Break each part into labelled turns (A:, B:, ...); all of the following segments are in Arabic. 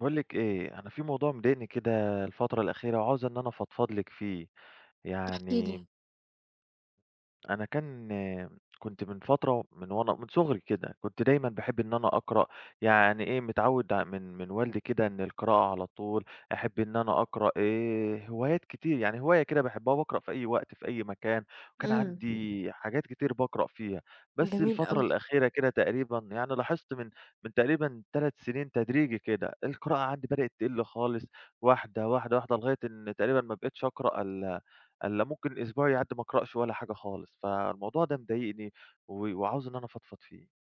A: باقول لِك إيه، أنا في موضوع مضايقني كده الفترة الأخيرة وعاوز إن أنا أفضفض لِك فيه،
B: احكِ لي.
A: يعني أنا كنت من فترة وأنا من صغري كده، كنت دايمًا باحب إن أنا أقرأ، يعني إيه متعوّد ع من من والدي كده إن القراءة على طول، أحب إن أنا أقرأ هوايات كتير، يعني هواية كده باحبها باقرأ في أي وقت في أي مكان، وكان
B: إمم،
A: عندي حاجات كتير باقرأ فيها، بس
B: جميل
A: الفترة
B: أوي.
A: الأخيرة كده تقريبًا يعني لاحظت من تقريبًا 3 سنين تدريجي كده، القراءة عندي بدأت تقِل خالص واحدة، واحدة، واحدة لغاية إن تقريبًا ما بقيتش أقرأ ألا ممكن أسبوع يعدّي ما أقرأش ولا حاجة خالص، فالموضوع ده مضايقني وعاوز إن أنا أفضفض فيه.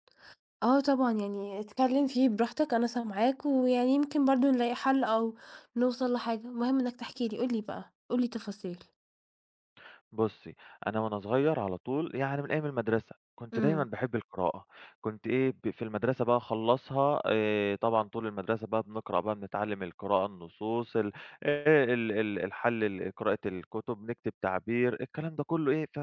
B: آه طبعًا، يعني اتكلّم فيه براحتك أنا سامعاك، ويعني يمكن برضه نلاقي حل أو نوصل لحاجة، المهم إنك تحكي لي، قُل لي بقى، قُل لي تفاصيل.
A: بُصّي، أنا وأنا صغير على طول يعني من أيام المدرسة، كنت دايمًا
B: إمم،
A: باحب القراءة، كنت إيه ب في المدرسة بقى أخلّصها طبعًا طول المدرسة بقى بنقرأ بقى بنتعلم القراءة، النصوص ال ال ال الحل ال قراءة الكتب، نكتب تعبير، الكلام ده كلّه إيه ف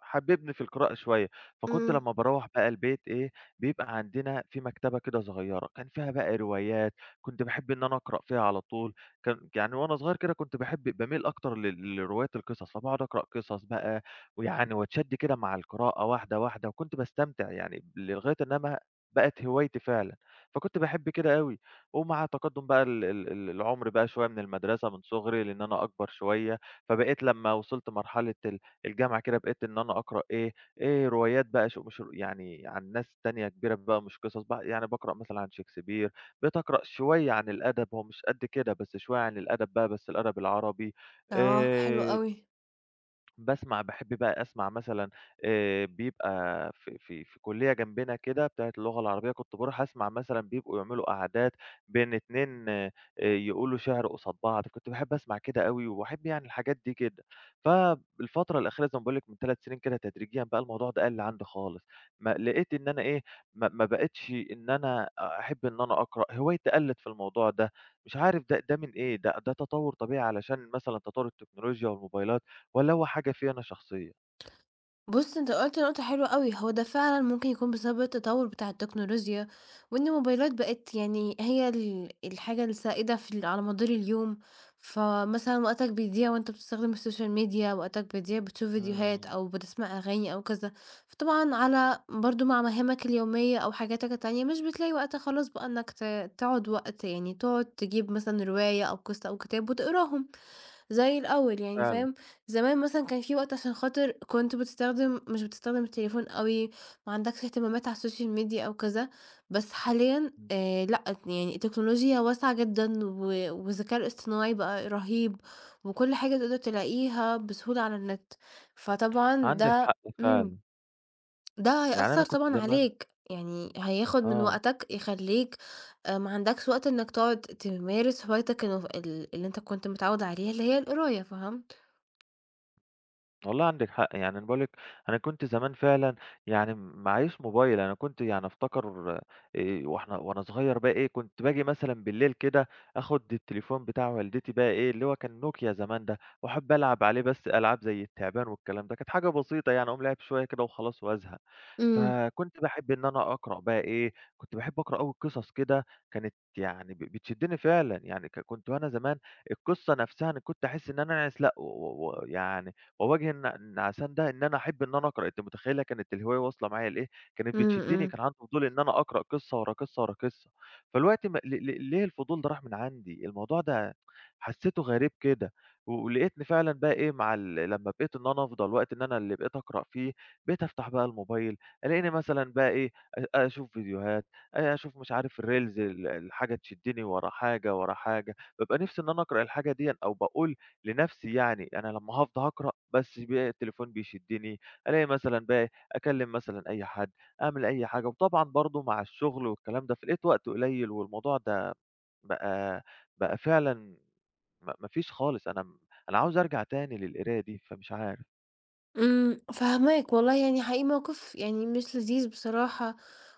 A: حببني في القراءة شوية، فكنت
B: إمم،
A: لمّا باروّح بقى البيت بيبقى عندنا في مكتبة كده صغيرة، كان فيها بقى روايات، كنت باحب إن أنا أقرأ فيها على طول. كان يعني وأنا صغير كده كنت باحب باميل أكتر لرواية القصص، فباقعد أقرأ قصص بقى ويعني واتشد كده مع القراءة واحدة، واحدة، وكنت باستمتع يعني لغاية إنها ما بقت هوايتي فعلًا، فكنت باحب كده أوي، ومع تقدُّم بقى ال ال ال العُمر بقى شوية من المدرسة من صغري لإن أنا أكبر شوية، فبقيت لمّا وصلت مرحلة الجامعة كده بقيت إن أنا أقرأ روايات بقى ش مش رو- يعني عن ناس تانية كبيرة بقى مش قصص بقى، يعني باقرأ مثلًا عن شكسبير، بتقرأ شوية عن الأدب، هو مش قد كده، بس شوية عن الأدب بقى، بس الأدب العربي
B: آه، حلو
A: آآ
B: أوي.
A: باسمع باحب بقى أسمع مثلًا بيبقى في كُلّية جنبنا كده بتاعة اللغة العربية، كنت باروح أسمع مثلًا بيبقوا يعملوا قعدات بين 2 يقولوا شِعر قصاد بعض، كنت باحب أسمع كده أوي وباحب يعني الحاجات دي جدًا. فالفترة الأخيرة زي ما باقول لِك من 3 سنين كده تدريجيًا بقى الموضوع ده قَل عندي خالص، ما لقيت إن أنا إيه، ما ما بقيتش إن أنا أحب إن أنا أقرأ، هوايتي قَلِّت في الموضوع ده، مش عارف ده من إيه، ده تطوُّر طبيعي علشان مثلًا تطوُّر التكنولوجيا والموبايلات؟ ولا هو حاجة فيّا أنا شخصية؟
B: بُص، أنت قُلت نقطة حلوة أوي، هو ده فعلًا ممكن يكون بسبب التطوّر بتاع التكنولوجيا، وإن الموبايلات بقت يعني هي الحاجة السائدة في ال على مدار اليوم، فمثلًا وقتك بيضيع وأنت بتستخدم السوشيال ميديا، وقتك بيضيع بتشوف فيديوهات
A: إمم،
B: أو بتسمع أغاني أو كذا، فطبعًا برضه مع مهامك اليومية أو حاجاتك التانية مش بتلاقي وقت خالص بقى إنك تقعد وقت يعني تقعد تجيب مثلًا رواية أو قصة أو كتاب وتقراهم. زي الأول يعني
A: فعلًا،
B: فاهم؟ زمان مثلًا كان في وقت عشان خاطر كنت بتستخدم مش بتستخدم التليفون أوي، ما عندكش اهتمامات على السوشيال ميديا أو كذا، بس حاليًا
A: إمم.
B: لأ، يعني التكنولوجيا واسعة جدًا والذكاء الاصطناعي بقى رهيب، وكل حاجة تقدر تلاقيها بسهولة على النت، فطبعًا
A: عندك
B: ده
A: حق
B: إمم.
A: فعلًا،
B: ده
A: يعني أنا
B: هيأثّر
A: كنت
B: طبعًا
A: زمان
B: عليك، يعني هياخد من
A: آه،
B: وقتك يخلّيك ما عندكش وقت إنك تقعد تمارس هوايتك الف ال اللي أنت كنت متعوّد عليها اللي هي القراية، فهمت؟
A: والله عندِك حق، يعني أنا باقول لِك أنا كنت زمان فعلًا يعني معييش موبايل، أنا كنت يعني أفتكر وإحنا وأنا صغير بقى كنت باجي مثلًا بالليل كده آخُد التليفون بتاع والدتي بقى اللي هو كان نوكيا زمان ده، وأحب ألعب عليه بس ألعاب زي التعبان والكلام ده، كانت حاجة بسيطة يعني أقوم لاعب شوية كده وخلاص وأزهق.
B: إمم،
A: فكنت باحب إن أنا أقرأ بقى كنت باحب أقرأ أوي قصص كده كانت يعني بتشدّني فعلًا، يعني كنت وأنا زمان القصة نفسها أنا كنت أحس إن أنا أنعس لأ يعني ووجه النعسان ده إن أنا أحب إن أنا أقرأ، أنتِ متخيّلة كانت الهواية واصلة معايا لإيه؟ كانت
B: إمم،
A: بتشدّني،
B: إمم،
A: كان عندي فضول إن أنا أقرأ قصة ورا قصة ورا قصة، فالوقت ما ل ل ليه الفضول ده راح من عندي، الموضوع ده حسّيته غريب كده، ولقيتني فعلًا بقى إيه مع ال لمّا بقيت إن أنا أفضى الوقت إن أنا اللي بقيت أقرأ فيه، بقيت أفتح بقى الموبايل، ألاقيني مثلًا بقى أشوف فيديوهات، أشوف مش عارف الreels الحاجة تشدّني ورا حاجة ورا حاجة، بابقى نِفْسي إن أنا أقرأ الحاجة ديًا أو باقول لنفسي يعني، أنا لمّا هافضى هاقرأ بس بقى التليفون بيشدني، ألاقي مثلًا بقى أكلم مثلًا أي حد، أعمل أي حاجة، وطبعًا برضه مع الشغل والكلام ده، فلقيت وقت قليل والموضوع ده بقى بقى فعلًا ما فيش خالص، أنا أنا عاوز أرجع تاني للقراية دي، فمش عارف.
B: إمم، فاهماك والله يعني حقيقي موقف يعني مش لذيذ بصراحة،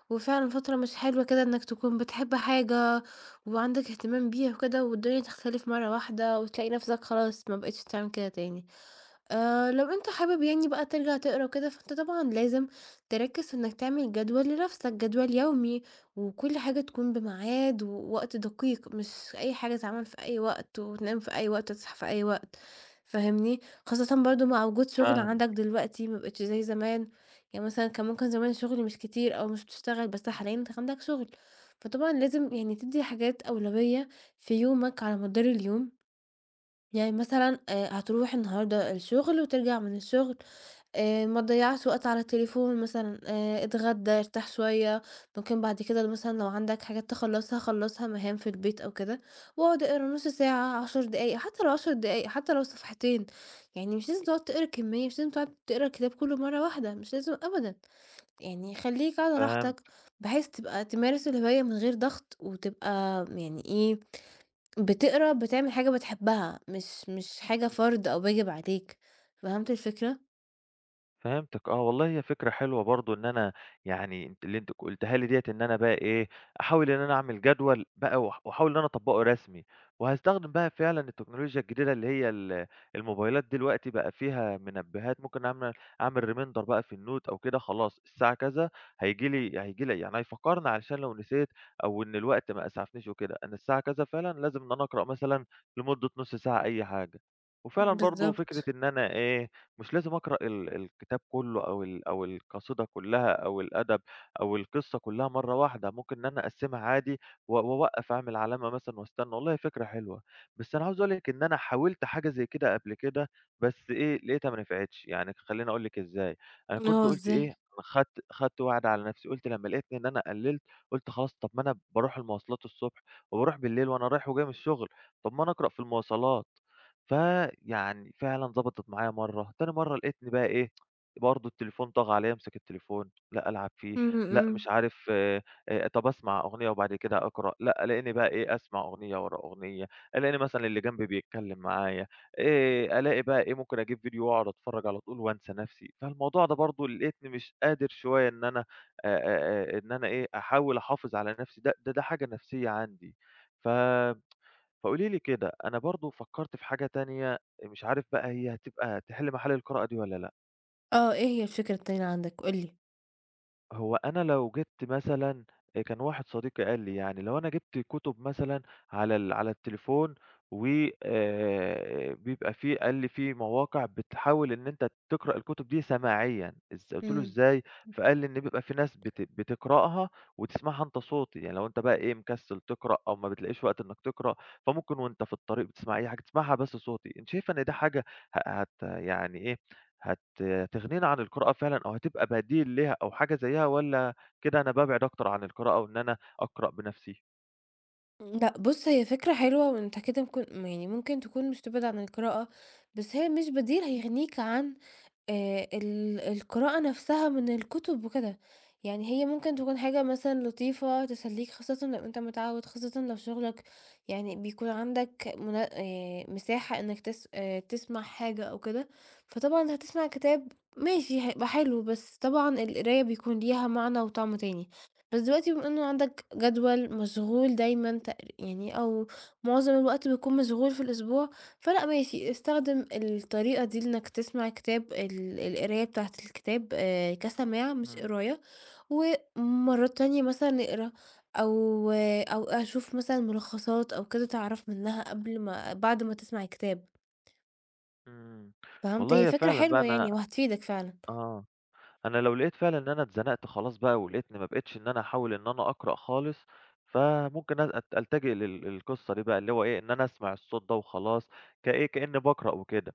B: وفعلًا فترة مش حلوة كده إنك تكون بتحب حاجة وعندك اهتمام بيها وكده والدنيا تختلف مرّة واحدة وتلاقي نَفْسك خلاص ما بقيتش بتعمل كده تاني. لو أنت حابب يعني بقى ترجع تقرا وكده، فأنت طبعًا لازم تركّز في إنك تعمل جدول لنفسك، جدول يومي، وكل حاجة تكون بميعاد ووقت دقيق، مش أي حاجة تتعمل في أي وقت وتنام في أي وقت وتصحى في أي وقت، فاهمني؟ خاصةً برضه مع وجود شغل
A: فاهمِك،
B: عندك دلوقتي ما بقتش زي زمان، يعني مثلًا كان ممكن زمان الشغل مش كتير أو مش بتشتغل، بس حاليًا أنت عندك شغل، فطبعًا لازم يعني تدّي حاجات أولوية في يومك على مدار اليوم. يعني مثلًا هتروح النهارده الشغل وترجع من الشغل ما تضيّعش وقت على التليفون مثلًا، اتغدى، ارتاح شوية، ممكن بعد كده مثلًا لو عندك حاجات خلّصها مهام في البيت أو كده، واقعد اقرا نُص ساعة، 10 دقايق، حتى لو 10 دقايق، حتى لو صفحتين، يعني مش لازم تقعد تقرا كمية، مش لازم تقعد تقرا الكتاب كله مرة واحدة، مش لازم أبدًا، يعني خلّيك على
A: فاهمِك.
B: راحتك بحيث تبقى تمارس الهواية من غير ضغط وتبقى يعني إيه بتقرا بتعمل حاجة بتحبها، مش حاجة فرض أو واجب عليك، فهمت الفكرة؟
A: فهمتِك آه، والله هي فكرة حلوة برضه إن أنا يعني أنتِ اللي أنتِ قُلتيها لي ديّة إن أنا بقى إيه، أحاول إن أنا أعمل جدول بقى وأحاول إن أنا أطبّقه رسمي، وهاستخدم بقى فعلًا التكنولوجيا الجديدة اللي هي الموبايلات دلوقتي بقى فيها منبهات، ممكن أعمل reminder بقى في النوت أو كده خلاص الساعة كذا هييجي لي يعني هيفكّرني علشان لو نسيت أو إن الوقت ما أسعفنيش وكده، أنا الساعة كذا فعلًا لازم إن أنا أقرأ مثلًا لمدة نُص ساعة أي حاجة. وفعلًا برضه فكرة
B: بالضبط.
A: إن أنا مش لازم أقرأ الكتاب كُلّه أو أو القصيدة كُلّها أو الأدب أو القصة كُلّها مرّة واحدة، ممكن إن أنا أقسّمها عادي وأوقّف أعمل علامة مثلًا وأستنى، والله فكرة حلوة. بس أنا عاوز أقول لِك إن أنا حاولت حاجة زي كده قبل كده، بس لقيتها ما نفعتش، يعني خلّيني أقول لِك إزاي، أنا كنت
B: آه،
A: قُلت
B: إزاي؟
A: أنا خدت وعد على نَفْسي، قُلت لمّا لقيتني إن أنا قلّلت، قُلت خلاص طَب ما أنا باروح المواصلات الصبح وباروح بالليل وأنا رايح وجاي من الشغل، طَب ما أنا أقرأ في المواصلات. فيعني فعلًا ضبطت معايا مرّة، تاني مرّة لقيتني بقى برضه التليفون طاغي عليَّ، أمسك التليفون، لأ ألعب فيه،
B: إمم،
A: لأ مش
B: إمم.
A: عارف طَب أسمع أغنية وبعد كده أقرأ، لأ ألاقيني بقى أسمع أغنية ورا أغنية، ألاقيني مثلًا اللي جنبي بيتكلم معايا، ألاقي بقى ممكن أجيب فيديو وأقعد أتفرج على طول وأنسى نفسي، فالموضوع ده برضه لقيتني مش قادر شوية إن أنا آآ، إن أنا أحاول أحافظ على نفسي، ده حاجة نفسية عندي، ف فقولي لي كده، أنا برضه فكّرت في حاجة تانية، مش عارف بقى هتبقى تحِل محل القراءة دي والّا لأ؟
B: آه، إيه هي الفكرة التانية عندك؟ قُل لي.
A: هو أنا لو جِبت مثلًا كان واحد صديقي قال لي يعني، لو أنا جِبت كُتب مثلًا على على التليفون و بيبقى في قال لي في مواقع بتحاول إن أنت تقرأ الكُتب دي سماعيًا، قُلت له:
B: إمم.
A: "إزاي؟" فقال لي إن بيبقى في ناس بتقرأها وتسمعها أنت صوتي، يعني لو أنت بقى إيه، مكسّل تقرأ أو ما بتلاقيش وقت إنّك تقرأ، فممكن وأنت في الطريق بتسمع أي حاجة، تسمعها بس صوتي. أنتِ شايفة إن ده حاجة ه هت يعني إيه، هت هتغنينا عن القراءة فعلًا أو هتبقى بديل ليها أو حاجة زيّها والّا كده أنا بابعد أكتر عن القراءة وإن أنا أقرأ بنفسي؟
B: لأ بُص، هي فكرة حلوة وأنت كده ممكن يعني ممكن تكون مش تبعد عن القراءة، بس هي مش بديل هيغنيك عن ال القراءة نفسها من الكتب وكده، يعني هي ممكن تكون حاجة مثلًا لطيفة تسلّيك خاصةً لو أنت متعوّد، خاصةً لو شغلك يعني بيكون عندك منا مساحة إنك تس تسمع حاجة أو كده، فطبعًا هتسمع كتاب ماشي هيبقى حلو، بس طبعًا القراية بيكون ليها معنى وطعم تاني. بس دلوقتي بما إنه عندك جدول مشغول دايمًا يعني أو معظم الوقت بتكون مشغول في الأسبوع فلأ ماشي، استخدم الطريقة دي لإنك تسمع كتاب القراية بتاعة الكتاب كسماع مش
A: إمم،
B: قراية، ومرات تانية مثلًا نقرا أو أو أشوف مثلًا ملخصات أو كده تعرف منها قبل ما بعد ما تسمع الكتاب،
A: إمم.
B: فهمت؟ هي
A: والله هي
B: فكرة
A: فعلًا بقى
B: حلوة
A: أنا
B: يعني وهتفيدك فعلًا.
A: آه. أنا لو لقيت فعلًا إن أنا اتزنقت خلاص بقى ولقيتني ما بقيتش إن أنا أحاول إن أنا أقرأ خالص، فممكن أ أت ألتجئ للقصة دي بقى اللي هو إيه، إن أنا أسمع الصوت ده وخلاص، كإيه، كإنّي باقرأ وكده.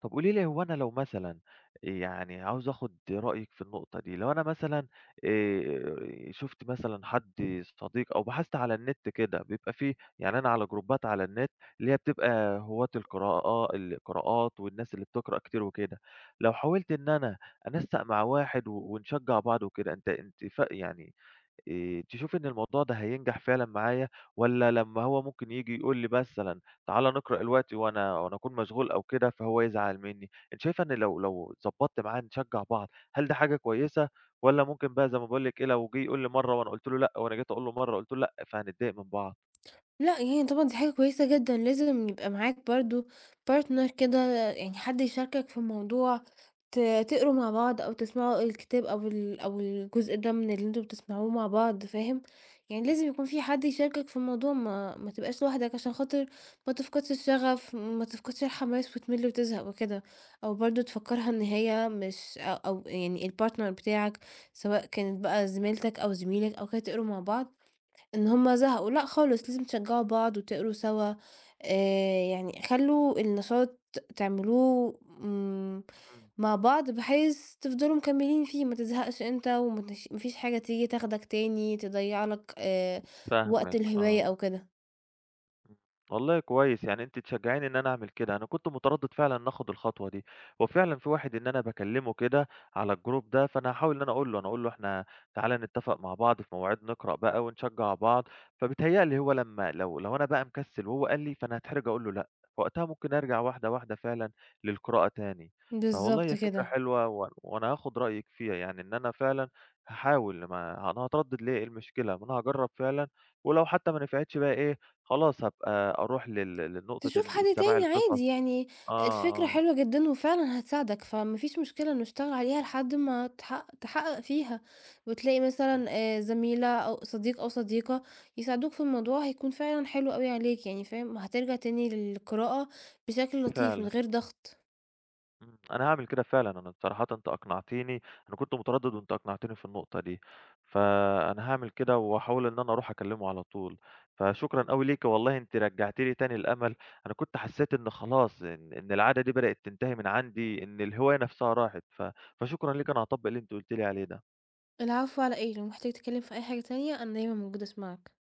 A: طب قولي لي هو أنا لو مثلًا يعني عاوز آخُد رأيِك في النقطة دي، لو أنا مثلًا شُفت مثلًا حد صديق أو بحثت على النت كده، بيبقى في يعني أنا على جروبات على النت اللي هي بتبقى هواة القراءات والناس اللي بتقرأ كتير وكده، لو حاولت إن أنا أنسَّق مع واحد ونشجّع بعض وكده، أنت أنت ف يعني تشوفي إن الموضوع ده هينجح فعلًا معايا والّا لمّا هو ممكن ييجي يقول لي مثلًا تعالَ نقرأ الوقت وأنا أكون مشغول أو كده فهو يزعل منّي؟ أنتِ شايفة إن لو ضبّطت معاه نشجّع بعض، هل ده حاجة كويسة والّا ممكن بقى زي ما باقول لِك إيه، لو جِه يقول لي مرّة وأنا قُلت له لأ وأنا جيت أقول له مرّة قُلت له لأ، فهنتضايق من بعض؟
B: لأ، يعني طبعًا دي حاجة كويسة جدًا، لازم يبقى معاك برضه partner كده يعني حد يشاركك في الموضوع، ت تقروا مع بعض أو تسمعوا الكتاب أو أو الجزء ده من اللي أنتم بتسمعوه مع بعض، فاهم؟ يعني لازم يكون في حد يشاركك في الموضوع، ما تبقاش لوحدك عشان خاطر ما تفقدش الشغف، ما تفقدش الحماس وتمل وتزهق وكده، أو برضه تفكّرها إن هي مش أو يعني الpartner بتاعك سواء كانت بقى زميلتك أو زميلك أو كده، تقروا مع بعض إن هُم زهقوا، لأ خالص، لازم تشجّعوا بعض وتقروا سوا، آآ يعني خلّوا النشاط تعملوه إمم،
A: إمم،
B: مع بعض بحيث تفضلوا مكمّلين فيه، ما تزهقش أنت وما تش ما فيش حاجة تيجي تاخدك تاني تضيّع لك وقت
A: فاهمِك،
B: الهواية
A: آه.
B: أو كده.
A: إمم. والله كويس، يعني أنتِ تشجّعيني إن أنا أعمل كده، أنا كنت متردّد فعلًا إن آخُد الخطوة دي، هو فعلًا في واحد إن أنا باكلّمه كده على الجروب ده، فأنا هاحاول إن أنا أقول له، أنا أقول له إحنا تعالَ نتّفق مع بعض في مواعيد نقرأ بقى ونشجّع بعض، فبيتهيّأ لي هو لمّا لو أنا بقى مكسّل وهو قال لي، فأنا هاتحرج أقول له لأ، فوقتها ممكن أرجع واحدة، واحدة فعلًا للقراءة تاني. فوالله
B: بالضبط
A: هي فكرة
B: كده.
A: حلوة وأنا هاخُد رأيِك فيها، يعني إن أنا فعلًا هاحاول ما أنا هاتردّد ليه، إيه المشكلة؟ ما أنا هاجرّب فعلًا ولو حتى ما نفعتش بقى إيه، خلاص هابقى أروح لنقطة
B: تشوف
A: إن
B: حد
A: السماع
B: تاني
A: القصص
B: عادي يعني.
A: آه،
B: الفكرة
A: آه،
B: حلوة جدًا وفعلًا هتساعدك، فما فيش مشكلة نشتغل عليها لحد ما تحقق فيها، وتلاقي
A: إمم،
B: مثلًا زميلة أو صديق أو صديقة يساعدوك في الموضوع هيكون فعلًا حلو أوي عليك يعني فاهم، هترجع تاني للقراءة بشكل لطيف من
A: فعلًا،
B: غير ضغط.
A: إمم، أنا هاعمل كده فعلًا، أنا بصراحةً أنت أقنعتني، أنا كنت متردد وأنت أقنعتني في النقطة دي، فأنا هاعمل كده وهاحاول إن أنا أروح أكلمه على طول، فشكرًا أوي ليكِ والله أنتِ رجعتِ لي تاني الأمل، أنا كنت حسيت إن خلاص إن العادة دي بدأت تنتهي من عندي، إن الهواية نفسها راحت، فشكرًا ليكِ أنا هاطبّق اللي أنتِ قلتِ لي عليه ده.
B: العفو على إيه، لو محتاج تتكلم في أي حاجة تانية أنا دايمًا موجودة أسمعك.